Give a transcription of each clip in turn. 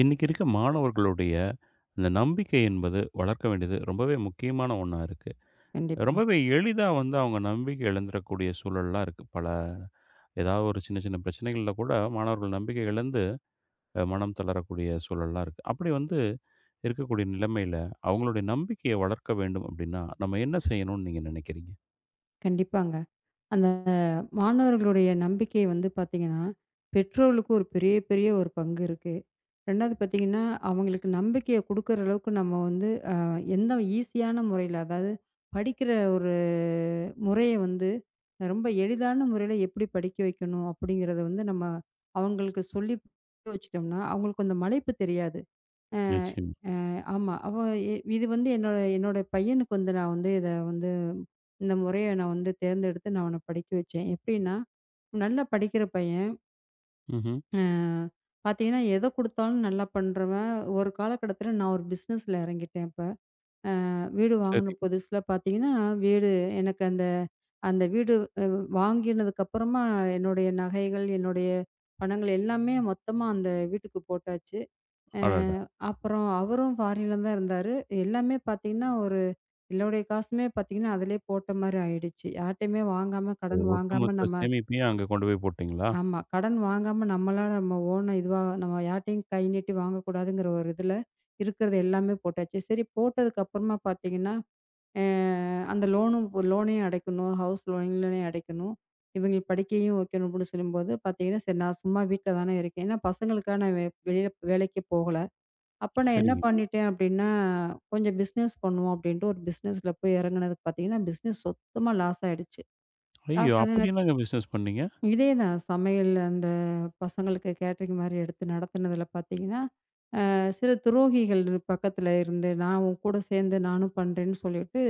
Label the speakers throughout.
Speaker 1: இன்னைக்கு இருக்க மாணவர்களுடைய அந்த நம்பிக்கை என்பது வளர்க்க வேண்டியது ரொம்பவே முக்கியமான ஒன்றா இருக்குது.
Speaker 2: கண்டிப்பா.
Speaker 1: ரொம்பவே எளிதாக வந்து அவங்க நம்பிக்கை இழந்துடக்கூடிய சூழல்லாம் இருக்குது பல. ஏதாவது ஒரு சின்ன சின்ன பிரச்சனைகளில் கூட மாணவர்கள் நம்பிக்கை இழந்து, மனம் தளரக்கூடிய சூழல்லாம் இருக்குது. அப்படி வந்து இருக்கக்கூடிய நிலைமையில் அவங்களுடைய நம்பிக்கையை வளர்க்க வேண்டும் அப்படின்னா நம்ம என்ன செய்யணும்னு நீங்கள் நினைக்கிறீங்க?
Speaker 2: கண்டிப்பாங்க. அந்த மாணவர்களுடைய நம்பிக்கை வந்து பார்த்தீங்கன்னா, பெற்றோர்களுக்கு ஒரு பெரிய, பெரிய ஒரு பங்கு இருக்கு. 2வது பார்த்தீங்கன்னா, அவங்களுக்கு நம்பிக்கைய குடுக்குற அளவுக்கு நம்ம வந்து எந்த ஈஸியான முறையில, அதாவது படிக்கிற ஒரு முறைய வந்து ரொம்ப எளிதான முறையில எப்படி படிக்க வைக்கணும் அப்படிங்கிறத வந்து நம்ம அவங்களுக்கு சொல்லி புரிய வச்சுட்டோம்னா, அவங்களுக்கு அந்த மலைப்பு தெரியாது. அ,
Speaker 1: நிச்சயம்.
Speaker 2: அ ஆமா. இது வந்து என்னோட என்னோட பையனுக்கு வந்து நான் வந்து இத வந்து இந்த முறைய நான் வந்து தேர்ந்தெடுத்து நான் அவன படிக்க வச்சேன். எப்படின்னா, நல்லா படிக்கிற பையன்.
Speaker 1: ம்.
Speaker 2: அ பார்த்தீங்கன்னா, எத குடுத்தாலும் நல்லா பண்றவன். ஒரு காலகட்டத்தில நான் ஒரு பிசினஸ்ல இறங்கிட்டேன் அப்ப. வீடு வாங்குன
Speaker 1: சரி.
Speaker 2: புதுசுல பார்த்தீங்கன்னா, வீடு எனக்கு அந்த அந்த வீடு அ வாங்கினதுக்கப்புறமா என்னுடைய நகைகள், என்னுடைய பணங்கள் எல்லாமே மொத்தமா அந்த வீட்டுக்கு போட்டாச்சு. அ
Speaker 1: அடடா.
Speaker 2: அப்புறம் அவரும் ஃபாரின்ல தான் இருந்தாரு. எல்லாமே பார்த்தீங்கன்னா ஒரு எல்லோடைய காசுமே பார்த்தீங்கன்னா, அதிலயே போட்ட மாரி ஆயிடுச்சு. யார்ட்டயுமே வாங்காம,
Speaker 1: ஒரு
Speaker 2: கடன் வாங்காம
Speaker 1: ஒட்டுமொத்த
Speaker 2: நம்ம
Speaker 1: சேமிப்பையும் அங்கே கொண்டு போய் போட்டிங்களா?
Speaker 2: ஆமா. கடன் வாங்காம நம்மளா நம்ம ஓனா இதுவா நம்ம யார்ட்டயும் கை நீட்டி வாங்கக்கூடாதுங்கிற ஒரு இதுல, இருக்கிறது எல்லாமே போட்டாச்சு. சரி போட்டதுக்கு அப்புறமா பார்த்தீங்கன்னா, அ அந்த லோனும் லோனையும் அடைக்கணும். ஹவுஸ் லோனையும் அடைக்கணும். இவைங்களுக்கு படிக்கையும் வைக்கணும் அப்டின்னு சொல்லும்போது பார்த்தீங்கன்னா, சரி நான் சும்மா வீட்ல தானே இருக்கேன். ஏன்னா பசங்களுக்காக நான் வெளியில வேலைக்கு போகல. அப்ப நான் என்ன
Speaker 1: சரிங்க.
Speaker 2: பண்ணிட்டேன் அப்படின்னா, கொஞ்சம் பிசினஸ் பண்ணுவோம் அப்படின்ட்டு ஒரு பிசினஸ்ல போய் இறங்குனதுக்கு பார்த்தீங்கன்னா, பிசினஸ் சுத்தமா லாஸ் ஆயிடுச்சு.
Speaker 1: ஐயோ,
Speaker 2: லாஸ் ஆனா
Speaker 1: அப்படி
Speaker 2: எனக்கு
Speaker 1: என்னங்க பிஸ்னஸ் பண்ணீங்க?
Speaker 2: இதே தான் சமையல் அந்த பசங்களுக்கு கேட்டரிங் மாரி எடுத்து நடத்துனதுல பார்த்தீங்கன்னா, சில துரோகிகள் பக்கத்துல இருந்து நான் உன் கூட சேர்ந்து நானும் பண்றேன்னு சொல்லிட்டு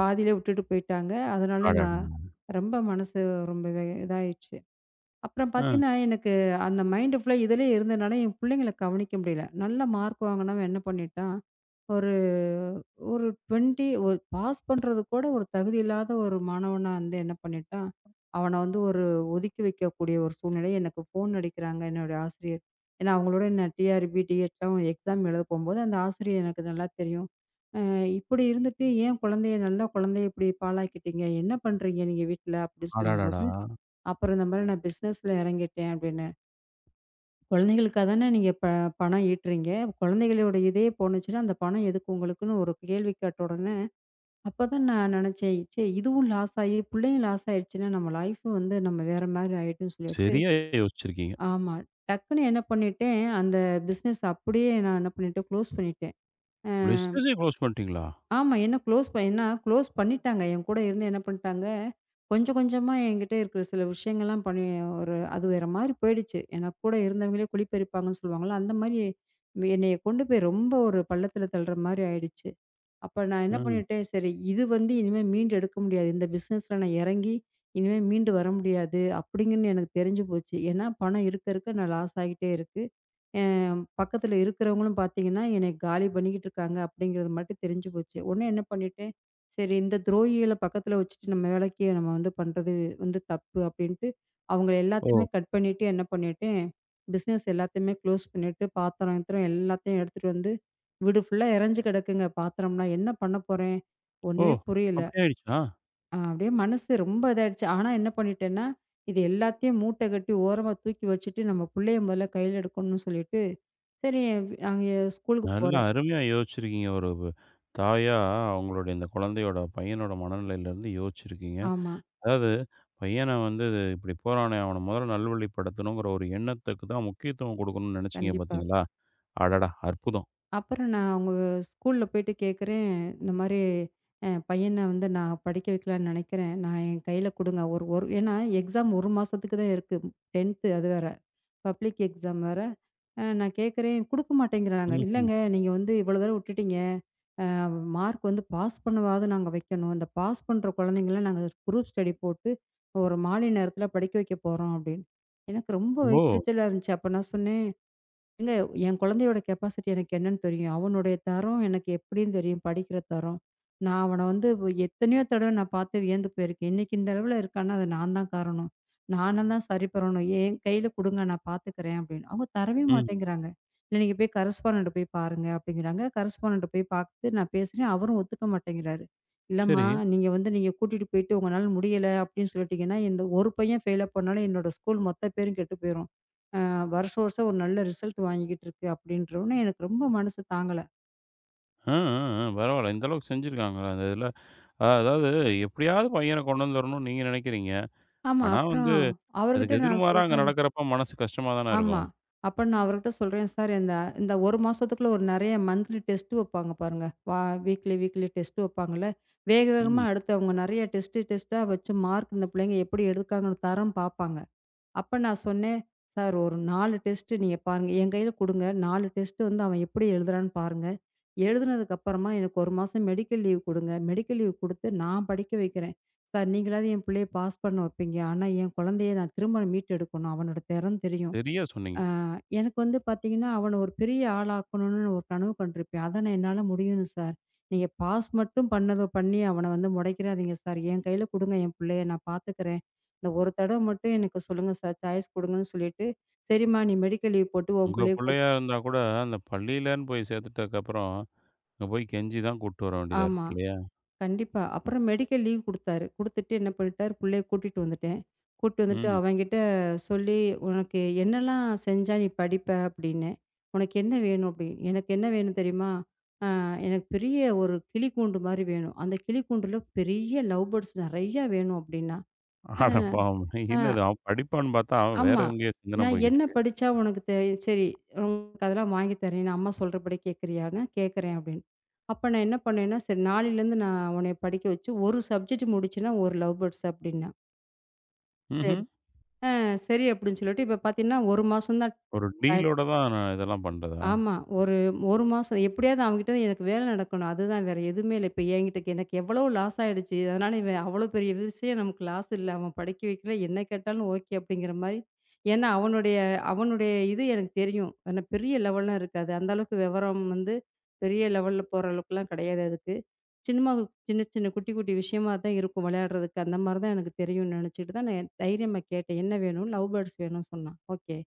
Speaker 2: பாதியிலே விட்டுட்டு போயிட்டாங்க. அதனால நான்
Speaker 1: அடாடா.
Speaker 2: ரொம்ப மனசு ரொம்பவே இதாயிடுச்சு. அப்புறம்
Speaker 1: ஆ.
Speaker 2: பார்த்தீங்கன்னா, எனக்கு அந்த மைண்டு ஃபுல்லா இதிலே இருந்தனால, என் பிள்ளைங்கள கவனிக்க முடியல. நல்ல மார்க் வாங்குனவன் என்ன பண்ணிட்டான், ஒரு ஒரு 20 ஒரு பாஸ் பண்றது கூட ஒரு தகுதி இல்லாத ஒரு மாணவனா வந்து என்ன பண்ணிட்டான், அவன வந்து ஒரு ஒதுக்கி வைக்கக்கூடிய ஒரு சூழ்நிலை. எனக்கு ஃபோன் அடிக்கிறாங்க என்னுடைய ஆசிரியர். ஏன்னா, அவங்களோட நான் டிஆர்பி, டிஎட்லாம் எக்ஸாம் எழுத போம்போது, அந்த ஆசிரியர் எனக்கு நல்லா தெரியும். "அ இப்படி இருந்துட்டு ஏன் குழந்தைய நல்ல குழந்தைய இப்படி பாழாக்கிட்டீங்க? என்ன பண்றீங்க நீங்க வீட்ல?" அப்படின்னு
Speaker 1: அடாடாடா.
Speaker 2: சொல்லும்போது அப்புறம் இந்த மாரி நான் பிசினஸ்ல இறங்கிட்டேன் அப்படின்னு. குழந்தைகளுக்கா தானே நீங்க பணம் ஈட்டுறீங்க. குழந்தைகளோட இதே போணுச்சுன்னா, அந்த பணம் எதுக்கு உங்களுக்குன்னு ஒரு கேள்வி கேட்ட உடனே, அப்பதான் நான் நினைச்சேன், சரி இதுவும் லாஸ் ஆயி, பிள்ளையும் லாஸ் ஆயிடுச்சுன்னா, நம்ம லைஃப் வந்து நம்ம வேற மாரி ஆயிடும்ன்னு சொல்லிட்டு
Speaker 1: சரியா யோசிச்சிருக்கீங்க.
Speaker 2: ஆமா. டக்குன்னு என்ன பண்ணிட்டேன், அந்த பிசினஸ் அப்படியே நான் என்ன பண்ணிட்டேன், குளோஸ் பண்ணிட்டேன்.
Speaker 1: பிஸ்னஸே குளோஸ் பண்ணிட்டீங்களா?
Speaker 2: ஆமா. என்ன குளோஸ் ப ஏன்னா குளோஸ் பண்ணிட்டாங்க. என் கூட இருந்து என்ன பண்ணிட்டாங்க, கொஞ்சம் கொஞ்சமா என்கிட்ட இருக்கிற சில விஷயங்கள்லாம் பண்ணி ஒரு அது வேற மாரி போயிடுச்சு. ஏன்னா கூட இருந்தவங்களே குழி பறிப்பாங்கன்னு சொல்லுவாங்கல்ல, அந்த மாரி என்னைய கொண்டு போய் ரொம்ப ஒரு பள்ளத்துல தள்ளுற மாரி ஆயிடுச்சு. அப்ப நான் என்ன
Speaker 1: ம்.
Speaker 2: பண்ணிட்டேன், சரி இது வந்து இனிமே மீண்டு எடுக்க முடியாது. இந்த பிசினஸ்ல நான் இறங்கி இனிமே மீண்டு வர முடியாது. அப்படிங்கன்னு எனக்கு தெரிஞ்சு போச்சு. ஏன்னா பணம் இருக்க இருக்க நான் லாஸ் ஆகிட்டே இருக்கேன். அ பக்கத்துல இருக்கிறவங்களும் பார்த்தீங்கன்னா, என்னைய காலி பண்ணிக்கிட்டு இருக்காங்க அப்படிங்கிறது மட்டும் தெரிஞ்சு போச்சு. உடனே என்ன பண்ணிட்டேன், சரி இந்த துரோகிகள பக்கத்துல வச்சுட்டு நம்ம வேலைக்கு நம்ம வந்து பண்றது வந்து தப்பு அப்படின்ட்டு, அவங்கள
Speaker 1: ஓ!
Speaker 2: எல்லாத்தையுமே கட் பண்ணிட்டு என்ன பண்ணிட்டேன், பிசினஸ் எல்லாத்தையுமே க்ளோஸ் பண்ணிட்டு, பாத்திரம் கீத்திரம் எல்லாத்தையும் எடுத்துட்டு வந்து, வீடு ஃபுல்லா எறஞ்சு கிடக்குங்க பாத்திரம்லாம். என்ன பண்ண போறேன்?
Speaker 1: ஓ!
Speaker 2: ஒண்ணுமே புரியல.
Speaker 1: அப்படி ஆயிடுச்சா?
Speaker 2: அப்படியே மனசு ரொம்ப இதாயிடுச்சு. ஆனா என்ன பண்ணிட்டேன்னா, இது எல்லாத்தையும் மூட்டை கட்டி ஓரமா தூக்கி வச்சுட்டு, நம்ம புள்ளைய முதல்ல கையில எடுக்கணும்னு சொல்லிட்டு, சரி நாங்க ஸ்கூலுக்கு
Speaker 1: நல்லா
Speaker 2: போறேன்.
Speaker 1: அருமையா யோசிச்சிருக்கீங்க. ஒரு வ தாயா அவங்களுடைய இந்த குழந்தையோட பையனோட மனநிலையிலருந்து யோசிச்சிருக்கீங்க.
Speaker 2: ஆமா,
Speaker 1: அதாவது பையன வந்து இப்படி போறானே, அவன முதல்ல நல்வழிப்படுத்தணுங்கிற ஒரு எண்ணத்துக்கு தான் முக்கியத்துவம் குடுக்கணும்னு நெனச்சீங்க,
Speaker 2: கண்டிப்பா.
Speaker 1: பார்த்தீங்களா? அடடா! அற்புதம்.
Speaker 2: அப்புறம் நான் அவங்க ஸ்கூல்ல போயிட்டு கேட்குறேன், இந்த மாரி பையன வந்து நான் படிக்க வைக்கலான்னு நெனைக்கிறேன். நான் என் கையில குடுங்க. ஒரு ஒரு ஏன்னா எக்ஸாம் 1 மாசத்துக்கு தான் இருக்கு. 10த் அது வேற. பப்ளிக் எக்ஸாம் வேற. நான் கேட்குறேன், குடுக்க மாட்டேங்கிறாங்க.
Speaker 1: ம்ஹ்ம்.
Speaker 2: இல்லங்க நீங்க வந்து இவ்வளோ தூரம் விட்டுட்டீங்க. மார்க் வந்து பாஸ் பண்ணவாவது நாங்க வைக்கணும். இந்த பாஸ் பண்ற குழந்தைங்கள நாங்க குரூப் ஸ்டடி போட்டு, ஒரு மாலை நேரத்தில படிக்க வைக்க போறோம்" அப்படின்னு. எனக்கு ரொம்ப
Speaker 1: ஓ!
Speaker 2: வயித்தெரிச்சலா இருந்துச்சு. அப்ப நான் சொன்னேன், ஏங்க என் குழந்தையோட கெப்பாசிட்டி எனக்கு என்னன்னு தெரியும். அவனுடைய தரம் எனக்கு எப்படின்னு தெரியும், படிக்கிற தரம். நான் அவன வந்து எத்தனையோ தடவ நான் பார்த்து வியந்து போயிருக்கேன். இன்னைக்கு இந்த அளவுல இருக்கான்னா, அது நான் தான் காரணம். நானா தான் சரி பண்ணணும். என் கையில குடுங்க நான் பார்த்துக்கிறேன் அப்படின்னு. அவங்க தரவே
Speaker 1: ம்.
Speaker 2: மாட்டேங்கிறாங்க. இல்ல நீங்க போய் கரஸ்பாண்டன்ட் போய் பாருங்க அப்படிங்கிறாங்க. கரஸ்பாண்டன்ட் போய் பார்த்து நான் பேசுறேன். அவரும் ஒத்துக்க மாட்டேங்கிறாரு. இல்லம்மா
Speaker 1: சரி.
Speaker 2: நீங்க வந்து நீங்க கூட்டிட்டு போயிட்டு உங்கனால முடியல அப்படின்னு சொல்லிட்டீங்கன்னா, இந்த ஒரு பையன் ஃபெயிலா போனாலும் என்னோட ஸ்கூல் மொத்த பேரும் கெட்டு போயிரும். வருஷம் வருஷம் ஒரு நல்ல ரிசல்ட் வாங்கிக்கிட்டு இருக்கு அப்படின்றவுனே எனக்கு ரொம்ப மனசு தாங்கல.
Speaker 1: அ, அ, அ. பரவால்ல. இந்த அளவுக்கு செஞ்சிருக்காங்களா அந்த இதுல? அதாவது எப்படியாவது பையன கொண்டு வந்துரணும்னு நீங்க நெனைக்கிறீங்க.
Speaker 2: ஆமா.
Speaker 1: ஆனா வந்து
Speaker 2: அப்புறம் அவர்கிட்ட
Speaker 1: அதுக்கு
Speaker 2: நான்
Speaker 1: எதிர்மாறா அங்க
Speaker 2: சொல்றேன்
Speaker 1: நடக்கிறப்ப மனசு கஷ்டமா தானே
Speaker 2: ஆமா.
Speaker 1: இருக்கும்.
Speaker 2: அப்ப நான் அவர்கிட்ட சொல்றேன், "சார் இந்த இந்த 1 மாசத்துக்குள்ள ஒரு நெறைய மந்த்லி டெஸ்ட் வைப்பாங்க பாருங்க. வீக்லி வீக்லி டெஸ்ட் வைப்பாங்கல்ல. வேக வேகமா
Speaker 1: ம்.
Speaker 2: அடுத்து அவங்க நெறைய டெஸ்ட் டெஸ்ட்டா வச்சு மார்க் இந்த பிள்ளைங்க எப்படி எடுக்காங்கன்னு தரம் பார்ப்பாங்க." அப்ப நான் சொன்னேன், "சார் ஒரு 4 டெஸ்ட் நீங்க பாருங்க. என் கையில குடுங்க. 4 டெஸ்ட் வந்து அவன் எப்படி எழுதுறான்னு பாருங்க. எழுதுனதுக்கு அப்புறமா எனக்கு 1 மாசம் மெடிக்கல் லீவ் குடுங்க. மெடிக்கல் லீவ் குடுத்து நான் படிக்க வைக்கிறேன். சார் நீங்களாவது என் பிள்ளைய பாஸ் பண்ண வைப்பீங்க. ஆனா என் குழந்தைய நான் திரும்ப மீட்டெடுக்கணும். அவனோட திறன் தெரியும்.
Speaker 1: சரியா சொன்னீங்க.
Speaker 2: ஆ எனக்கு வந்து பார்த்தீங்கன்னா, அவன ஒரு பெரிய ஆளாக்கணும்னு ஒரு கனவு கண்டிருப்பேன். அதான என்னால முடியும்னு சார். நீங்க பாஸ் மட்டும் பண்ணதும் பண்ணி அவன வந்து முடைக்கிறாதீங்க சார். என் கையில குடுங்க என் புள்ளைய நான் பார்த்துக்கிறேன். இந்த ஒரு தடவ மட்டும் எனக்கு சொல்லுங்க சார் சாய்ஸ் குடுங்கன்னு சொல்லிட்டு, சரிம்மா நீ மெடிக்கல் லீவ் போட்டு உன்
Speaker 1: உங்க
Speaker 2: புள்ளைய
Speaker 1: புள்ளையா இருந்தா கூட அந்த பள்ளியிலன்னு போய் சேர்த்துட்டதுக்கப்புறம், அங்க போய் கெஞ்சி தான் கூட்டு வர வேண்டியதா
Speaker 2: ஆமா.
Speaker 1: இருக்கு இல்லையா?
Speaker 2: கண்டிப்பா. அப்புறம் மெடிக்கல் லீவ் குடுத்தாரு. குடுத்துட்டு என்ன பண்ணிட்டாரு, புள்ளைய கூட்டிட்டு வந்துட்டேன். கூட்டிட்டு வந்துட்டு
Speaker 1: ம்.
Speaker 2: அவன்கிட்ட சொல்லி, "உனக்கு என்னலாம் செஞ்சா நீ படிப்ப?" அப்படின்னேன். "உனக்கு என்ன வேணும்?" அப்படின்னு. "எனக்கு என்ன வேணும் தெரியுமா? அ எனக்கு பெரிய ஒரு கிளி கூண்டு மாரி வேணும். அந்த கிளி கூண்டுல பெரிய லவ் பேர்ட்ஸ் நெறையா வேணும்" அப்படின்னா. "அ,
Speaker 1: அட பாவமே!
Speaker 2: அ
Speaker 1: என்னது அவன் படிப்பான்னு பார்த்தா, அவன் வேற
Speaker 2: ஆமா.
Speaker 1: எங்கேயோ சிந்தன
Speaker 2: நான்
Speaker 1: போய்க்கிட்டு
Speaker 2: என்ன
Speaker 1: இருக்கு.
Speaker 2: படிச்சா உனக்கு சரி உனக்கு அதெல்லாம் வாங்கி தரேன். நான் அம்மா சொல்றபடி கேட்கறியான்னா, கேட்கறேன் அப்படின்னு. அப்ப நான் என்ன பண்ணேன்னா, சரி நாளையிலேருந்து நான் உன்னைய படிக்க வச்சு ஒரு சப்ஜெக்ட் முடிச்சேன்னா ஒரு லவ் பேர்ட்ஸ் அப்படின்னா.
Speaker 1: ம்ஹ்ம்.
Speaker 2: சரி. ஆ சரி அப்படின்னு சொல்லிட்டு இப்ப பார்த்தீங்கன்னா, 1 மாசம் தான்
Speaker 1: ஒரு டீலோட தான் நான் இதெல்லாம் பண்றதா?
Speaker 2: ஆமா. ஒரு 1 மாசம் எப்படியாவது அவன்கிட்ட எனக்கு வேலை நடக்கணும். அதுதான் வேற எதுவுமே இல்ல. இப்ப என்கிட்ட எனக்கு எவ்வளோ லாஸ் ஆயிடுச்சு. அதனால இவன் அவ்வளோ பெரிய விஷயம் நமக்கு லாஸ் இல்ல. அவன் படிக்க வைக்கல. என்ன கேட்டாலும் ஓகே அப்படிங்கிற மாரி. ஏன்னா அவனுடைய அவனுடைய இது எனக்கு தெரியும். ஆனா பெரிய லெவல்லாம் இருக்காது. அந்த அளவுக்கு விவரம் வந்து பெரிய லெவல்ல போற அளவுக்குலாம் கிடையாது அதுக்கு. சின்னமா சின்ன சின்ன குட்டி குட்டி விஷயமா தான் இருக்கும் விளையாடுறதுக்கு. அந்த மாரி தான் எனக்கு தெரியும்னு நினைச்சுட்டு தான் நான் தைரியமா கேட்டேன். என்ன வேணும்? லவ் பேர்ட்ஸ் வேணும்னு சொன்னான். ஓகே.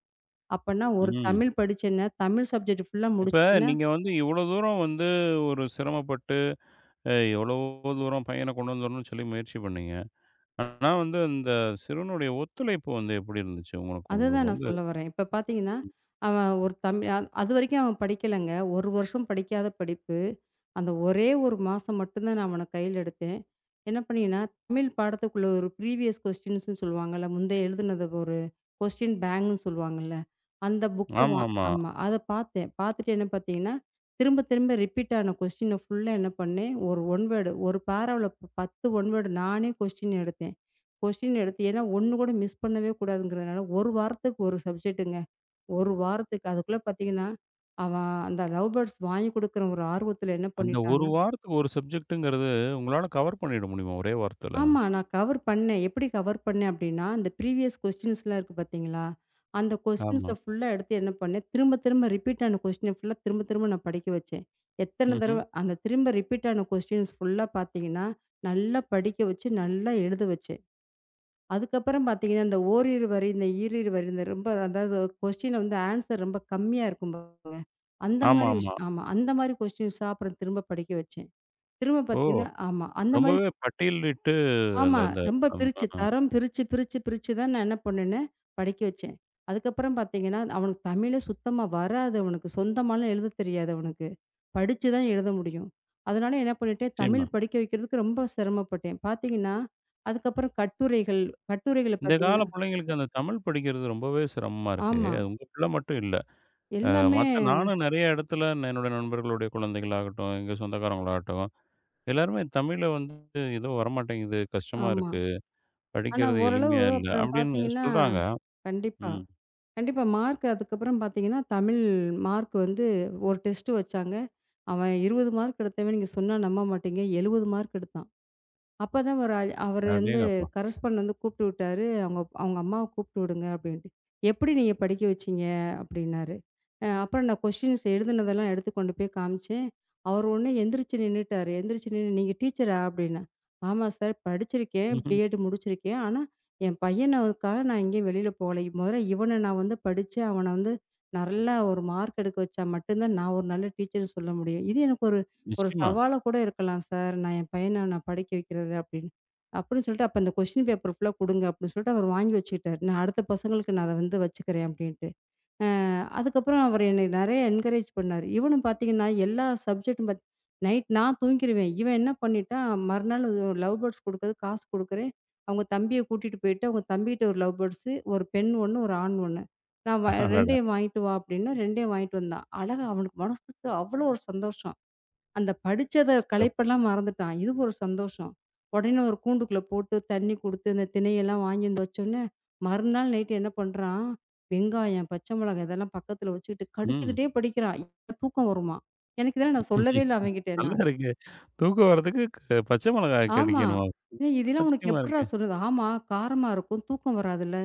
Speaker 2: அப்பன்னா ஒரு
Speaker 1: ம்.
Speaker 2: தமிழ் படிச்சேன்னா, தமிழ் சப்ஜெக்ட் ஃபுல்லா
Speaker 1: இப்ப
Speaker 2: முடிச்சுட்டேன்னா
Speaker 1: நீங்க வந்து இவ்வளோ தூரம் வந்து ஒரு சிரமப்பட்டு, எவ்வளவோ தூரம் பையன கொண்டு வந்துரணும்னு சொல்லி முயற்சி பண்ணீங்க. ஆனா வந்து அந்த சிறுவனுடைய ஒத்துழைப்பு வந்து எப்படி இருந்துச்சு? உங்களுக்கு உங்களுக்கு
Speaker 2: அதுதான் நான்
Speaker 1: வந்து
Speaker 2: சொல்ல வரேன். இப்ப பார்த்தீங்கன்னா, அவன் ஒரு தமிழ் அதுவரைக்கும் அவன் படிக்கலங்க. 1 வருஷம் படிக்காத படிப்பு. அந்த ஒரே 1 மாசம் மட்டும் தான் நான் அவன கையில எடுத்தேன். என்ன பண்ணீங்கன்னா, தமிழ் பாடத்துக்குள்ள ஒரு ப்ரீவியஸ் கொஸ்டின்ஸ்ன்னு சொல்லுவாங்கல்ல. முந்தைய எழுதுனத ஒரு கொஸ்டின் பேங்க்ன்னு சொல்லுவாங்கல்ல. அந்த புக்க வா
Speaker 1: ஆமாமா.
Speaker 2: ஆமா. அத பார்த்தேன். பார்த்துட்டு என்ன பார்த்தீங்கன்னா, திரும்ப திரும்ப ரிப்பீட் ஆன கொஸ்டின ஃபுல்லா என்ன பண்ணேன், ஒரு ஒன் வேர்ட் ஒரு பேராவுல 10 ஒன் வேர்ட் நானே கொஸ்டின் எடுத்தேன். கொஸ்டின் எடுத்து ஏன்னா ஒண்ணு கூட மிஸ் பண்ணவே கூடாதுங்கிறதுனால, ஒரு வாரத்துக்கு ஒரு சப்ஜெக்ட்டுங்க. ஒரு வாரத்துக்கு அதுக்குள்ள பார்த்தீங்கன்னா, அவன் அந்த லவ் பேர்ட்ஸ் வாங்கி கொடுக்குற ஒரு ஆர்வத்தில என்ன
Speaker 1: அந்த 1
Speaker 2: பண்ணிட்டான்னா
Speaker 1: வாரத்துக்கு 1 சப்ஜெக்ட்ங்கிறது உங்களால கவர் பண்ணிட முடியுமா? ஒரே வாரத்துல?
Speaker 2: ஆமா நான் கவர் பண்ணேன். எப்படி கவர் பண்ணேன் அப்படின்னா, அந்த ப்ரீவியஸ் கொஸ்டின்ஸ்லாம் இருக்கு பார்த்தீங்களா? அந்த கொஸ்டின்ஸ
Speaker 1: ஆமா.
Speaker 2: ஃபுல்லா எடுத்து என்ன பண்ணேன், திரும்ப திரும்ப ரிப்பீட் ஆன கொஸ்டின ஃபுல்லா திரும்ப திரும்ப நான் படிக்க வச்சேன். எத்தனை
Speaker 1: ம்ஹ்ம்.
Speaker 2: தடவ அந்த திரும்ப ரிப்பீட் ஆன கொஸ்டின்ஸ் ஃபுல்லா பார்த்தீங்கன்னா, நல்லா படிக்க வச்சு, நல்லா எழுத வச்சேன். அதுக்கப்புறம் பார்த்தீங்கன்னா, இந்த ஓரிரு வரி, இந்த ஈரிரு வரி, இந்த ரொம்ப அதாவது கொஸ்டின்ல வந்து ஆன்சர் ரொம்ப கம்மியா இருக்கும் பாருங்க. அந்த மாரி
Speaker 1: ஆமாமா.
Speaker 2: ஆமா. அந்த மாரி கொஸ்டின்ஸா அப்புறம் திரும்ப படிக்க வச்சேன். திரும்ப
Speaker 1: ஓ!
Speaker 2: பார்த்தீங்கன்னா ஆமா. அந்த மாரி
Speaker 1: ரொம்பவே பட்டியலிட்டு அந்த
Speaker 2: ஆமா. ரொம்ப
Speaker 1: அந்த
Speaker 2: பிரிச்சு,
Speaker 1: ஆமா.
Speaker 2: தரம் பிரிச்சு, பிரிச்சு, பிரிச்சு தான் நான் என்ன பண்ணுனேன், படிக்க வச்சேன். அதுக்கப்புறம் பார்த்தீங்கன்னா, அவனுக்கு தமிழே சுத்தமா வராது அவனுக்கு. சொந்தமாலாம் எழுத தெரியாது அவனுக்கு. படிச்சு தான் எழுத முடியும். அதனால என்ன பண்ணிட்டேன்,
Speaker 1: நிச்சயமா.
Speaker 2: தமிழ் படிக்க வைக்கிறதுக்கு ரொம்ப சிரமப்பட்டேன். பார்த்தீங்கன்னா, அதுக்கப்புறம் கட்டுரைகள், கட்டுரைகள
Speaker 1: இந்த கால
Speaker 2: பார்த்தீங்கன்னா
Speaker 1: பிள்ளைங்களுக்கு அந்த தமிழ் படிக்கிறது ரொம்பவே சிரமமா இருக்கே!
Speaker 2: ஆமா.
Speaker 1: அது உங்க பிள்ள மட்டும் இல்ல. அ
Speaker 2: எல்லாமே
Speaker 1: மத்த நானும் நெறைய இடத்துல என்னோட நண்பர்களுடைய குழந்தைகளாகட்டும், எங்க சொந்தக்காரங்களாகட்டும், எல்லாருமே தமிழ்ல வந்து ஏதோ வரமாட்டேங்குது, கஷ்டமா
Speaker 2: ஆமா.
Speaker 1: இருக்கு,
Speaker 2: ஆனா
Speaker 1: படிக்கிறது
Speaker 2: ஓரளவு
Speaker 1: எளிமையா இல்ல,
Speaker 2: அப்புறம்
Speaker 1: அப்படின்னு
Speaker 2: பார்த்தீங்கன்னா
Speaker 1: சொல்றாங்க.
Speaker 2: கண்டிப்பா.
Speaker 1: ம்.
Speaker 2: கண்டிப்பா மார்க் அதுக்கப்புறம் பார்த்தீங்கன்னா, தமிழ் மார்க் வந்து ஒரு டெஸ்ட் வச்சாங்க. அவன் 20 மார்க் எடுத்தவன் நீங்க சொன்னா நம்ப மாட்டீங்க. 70 மார்க் எடுத்தான். அப்பதான் ஒரு அவரு வந்து
Speaker 1: அடேங்கப்பா!
Speaker 2: கரஸ்பாண்ட் வந்து கூப்பிட்டு விட்டாரு. "அவங்க அவங்க அம்மாவ கூப்பிட்டு விடுங்க" அப்படின்ட்டு. "எப்படி நீங்க படிக்க வச்சீங்க?" அப்படின்னாரு. அப்புறம் நான் கொஸ்டின்ஸ் எழுதுனதெல்லாம் எடுத்து கொண்டு போய் காமிச்சேன். அவர் உடனே எந்திரிச்சு நின்னுட்டாரு. எந்திரிச்சு நின்னு, "நீங்க டீச்சரா?" அப்படின்னா. "ஆமா சார். படிச்சிருக்கேன்.
Speaker 1: ம்ஹ்ம்.
Speaker 2: பிஎட் முடிச்சிருக்கேன். ஆனா, என் பையனுக்காக நான் எங்கேயும் வெளியில போகல. முதல்ல இவன நான் வந்து படிச்சு, அவன வந்து நல்லா ஒரு மார்க் எடுக்க வச்சா மட்டும் தான் நான் ஒரு நல்ல டீச்சர்ன்னு சொல்ல முடியும். இது எனக்கு ஒரு ஒரு
Speaker 1: நிச்சயமா.
Speaker 2: சவாலா கூட இருக்கலாம் சார். நான் என் பையன நான் படிக்க வைக்கிறதில்ல அப்படின்னு. அப்படின்னு சொல்லிட்டு அப்ப அந்த கொஸ்டின் பேப்பர் ஃபுல்லா குடுங்க அப்படின்னு சொல்லிட்டு அவர் வாங்கி வச்சுக்கிட்டாரு. நான் அடுத்த பசங்களுக்கு நான் அத வந்து வச்சுக்கிறேன் அப்படின்ட்டு. அ அதுக்கப்புறம் அவர் என்னை நெறைய என்கரேஜ் பண்ணாரு. இவனும் பார்த்தீங்கன்னா, எல்லா சப்ஜெக்டும் நைட் நான் தூங்கிருவேன். இவன் என்ன பண்ணிட்டான், மறுநாள் லவ் பேர்ட்ஸ் குடுக்கறதுக்கு காசு குடுக்குறேன். அவங்க தம்பிய கூட்டிட்டு போயிட்டு, அவங்க தம்பிகிட்ட ஒரு லவ் பேர்ட்ஸு, ஒரு பெண் ஒண்ணு, ஒரு ஆண் ஒண்ணு. நான்
Speaker 1: அடடா!
Speaker 2: 2யும் வாங்கிட்டு வா அப்படின்னா, 2யும் வாங்கிட்டு வந்தான். அழகா அவனுக்கு மனசுக்கு அவ்வளோ ஒரு சந்தோஷம். அந்த படிச்சத
Speaker 1: சிறப்
Speaker 2: களைப்பெல்லாம் மறந்துட்டான். இது ஒரு சந்தோஷம். உடனே ஒரு கூண்டுக்குள்ள போட்டு தண்ணி குடுத்து, இந்த திணையெல்லாம் வாங்கி வந்து வச்சோனே, மறுநாள் நைட் என்ன பண்றான், வெங்காயம், பச்சை மிளகாய் இதெல்லாம் பக்கத்துல வச்சுக்கிட்டு
Speaker 1: ம்.
Speaker 2: கடிச்சுக்கிட்டே படிக்கிறான். எனக்கு தூக்கம் வருமாம். எனக்கு இதெல்லாம்
Speaker 1: நல்லா
Speaker 2: நான் சொல்லவே இல்ல அவன்கிட்ட நான்.
Speaker 1: இருக்கே. தூக்கம் வரதுக்கு பச்சை மிளகாய்
Speaker 2: ஆமா.
Speaker 1: கடிக்கணுமா?
Speaker 2: "ஏய் இதெல்லாம் உனக்கு
Speaker 1: ஆச்சரியமா
Speaker 2: எப்புட்றா
Speaker 1: இருக்கே.
Speaker 2: சொல்லுது?" "ஆமா, காரமா இருக்கும். தூக்கம் வராதுல்ல."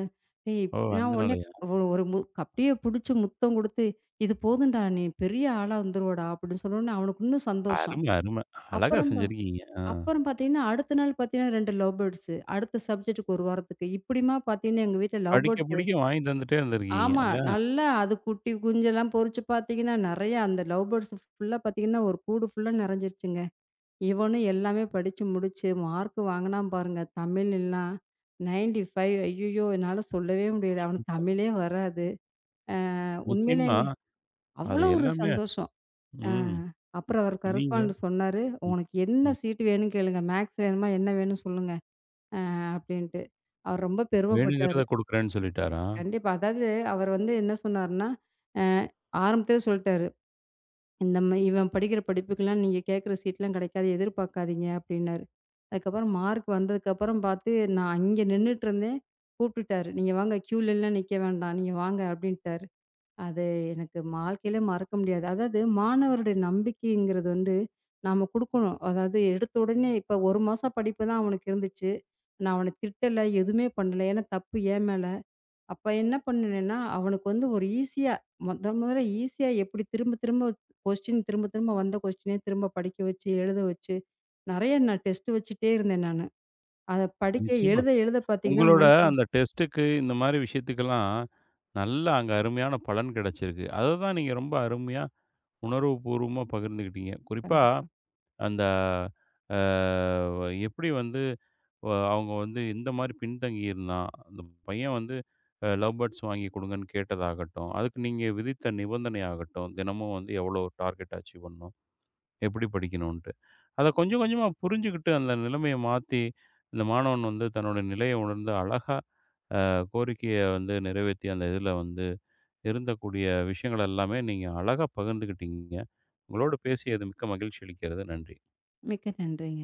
Speaker 2: டேய்
Speaker 1: ஓ!
Speaker 2: நான் உடனே
Speaker 1: அதனாலயா?
Speaker 2: ஒரு ஒரு அப்படியே புடிச்சு முத்தம் குடுத்து, "இது போதும்டா, நீ பெரிய ஆளா வந்துருவடா" அப்படின்னு சொன்னோனே அவனுக்கு இன்னும் சந்தோஷம்.
Speaker 1: அரும, அரும. அழகா
Speaker 2: அப்புறம்
Speaker 1: செஞ்சிருக்கீங்க. ஆ.
Speaker 2: அப்புறம் பார்த்தீங்கன்னா, அடுத்த நாள் பார்த்தீங்கன்னா 2 லவ் பேர்ட்ஸ். அடுத்த சப்ஜெக்ட்க்கு 1 வாரத்துக்கு. இப்படிமா பார்த்தீங்கன்னா எங்க வீட்ல லவ்
Speaker 1: படிக்க,
Speaker 2: பேர்ட்ஸ்
Speaker 1: படிக்க வாங்கி தந்துட்டே இருந்திருக்கீங்க
Speaker 2: ஆமா.
Speaker 1: இல்ல?
Speaker 2: நல்லா அது குட்டி குஞ்செல்லாம் பொரிச்சு பார்த்தீங்கன்னா, நெறையா அந்த லவ் பேர்ட்ஸ் ஃபுல்லா பார்த்தீங்கன்னா, ஒரு கூடு ஃபுல்லா நெறஞ்சிருச்சுங்க. இவனும் எல்லாமே படிச்சு முடிச்சு, மார்க் வாங்குனான் பாருங்க. தமிழ்லாம் 95 ஐய்யய்யோ! என்னால சொல்லவே முடியல. அவனுக்கு தமிழே வராது.
Speaker 1: நிச்சயமா.
Speaker 2: உண்மையிலேங்க
Speaker 1: அது
Speaker 2: அவ்வளோ ஒரு
Speaker 1: எல்லாமே
Speaker 2: சந்தோஷம். ஆ.
Speaker 1: ம்.
Speaker 2: அப்புறம் அவர்
Speaker 1: நீங்க
Speaker 2: கரஸ்பாண்டன்ட் சொன்னாரு,
Speaker 1: ம்,
Speaker 2: "உனக்கு என்ன
Speaker 1: ம்.
Speaker 2: சீட் வேணும்னு கேளுங்க. மேத்ஸ் வேணுமா? என்ன வேணும் சொல்லுங்க." அப்டின்ட்டு. அவர் ரொம்ப பெருமைப்பட்டாரு.
Speaker 1: வேணுங்கிறத குடுக்குறேன்னு சொல்லிட்டாரா?
Speaker 2: கண்டிப்பா. அதாவது அவர் வந்து என்ன சொன்னாருன்னா, அ ஆரம்பத்திலே சொல்ட்டாரு. இந்த இவன் படிக்கிற படிப்புக்கெல்லாம் நீங்க கேட்குற சீட்லாம் கிடைக்காது. எதிர்பார்க்காதீங்க அப்டின்னாரு. அதுக்கப்புறம் மார்க் வந்ததுக்கப்புறம் பார்த்து நான் அங்கே நின்னுட்டு இருந்தேன். கூப்ட்டுட்டாரு. நீங்க வாங்க கியூலலாம் நிக்க வேண்டாம். நீங்க வாங்க அப்டின்ட்டாரு. அது எனக்கு வாழ்க்கையில மறக்க முடியாது. அதாவது மாணவருடைய நம்பிக்கைங்கிறது வந்து நாம குடுக்கணும். அதாவது எடுத்த உடனே இப்ப 1 மாசம் படிப்பு தான் அவனுக்கு இருந்துச்சு. நான் அவன திட்டல, எதுவுமே பண்ணல. ஏன்னா தப்பு என் மேல. அப்ப என்ன பண்ணுனேன்னா, அவனுக்கு வந்து ஒரு ஈஸியா முதல் முதல்ல ஈஸியா எப்படி திரும்ப திரும்ப கொஸ்டின் திரும்ப திரும்ப வந்த கொஸ்டினே திரும்ப படிக்க வச்சு, எழுத வச்சு, நெறைய நான் டெஸ்ட் வச்சுட்டே இருந்தேன் நானு. அத படிக்க
Speaker 1: நிச்சயமா.
Speaker 2: எழுத எழுத பார்த்தீங்கன்னா
Speaker 1: உங்களோட
Speaker 2: மனசு
Speaker 1: அந்த டெஸ்ட்டுக்கு இந்த மாரி விஷயத்துக்கெல்லாம் நல்லா அங்க அருமையான பலன் கிடைச்சிருக்கு. அததான் நீங்க ரொம்ப அருமையா உணர்வுபூர்வமா பகிர்ந்துக்கிட்டீங்க. குறிப்பா
Speaker 2: கண்டிப்பா.
Speaker 1: அந்த அ எப்படி வந்து அவங்க வந்து இந்த மாரி பின்தங்கி இருந்தான். அந்த பையன் வந்து லவ் பேர்ட்ஸ் வாங்கி குடுங்கன்னு கேட்டதாகட்டும், அதுக்கு நீங்க விதித்த நிபந்தனை ஆகட்டும், தினமும் வந்து எவ்வளோ டார்கெட் அச்சீவ் பண்ணணும், எப்படி படிக்கணுன்ட்டு. அத கொஞ்சம் கொஞ்சமா புரிஞ்சுகிட்டு அந்த நிலைமைய மாத்தி, இந்த மாணவன் வந்து தன்னோட நிலைய உணர்ந்து அழகா கோரிக்கைய வந்து நிறைவேத்தி அந்த இதில வந்து இருந்தக்கூடிய விஷயங்கள் எல்லாமே நீங்க அழகா பகிர்ந்துக்கிட்டீங்க. உங்களோடு பேசியது மிக்க மகிழ்ச்சி அளிக்கிறது. நன்றி.
Speaker 2: மிக்க நன்றிங்க.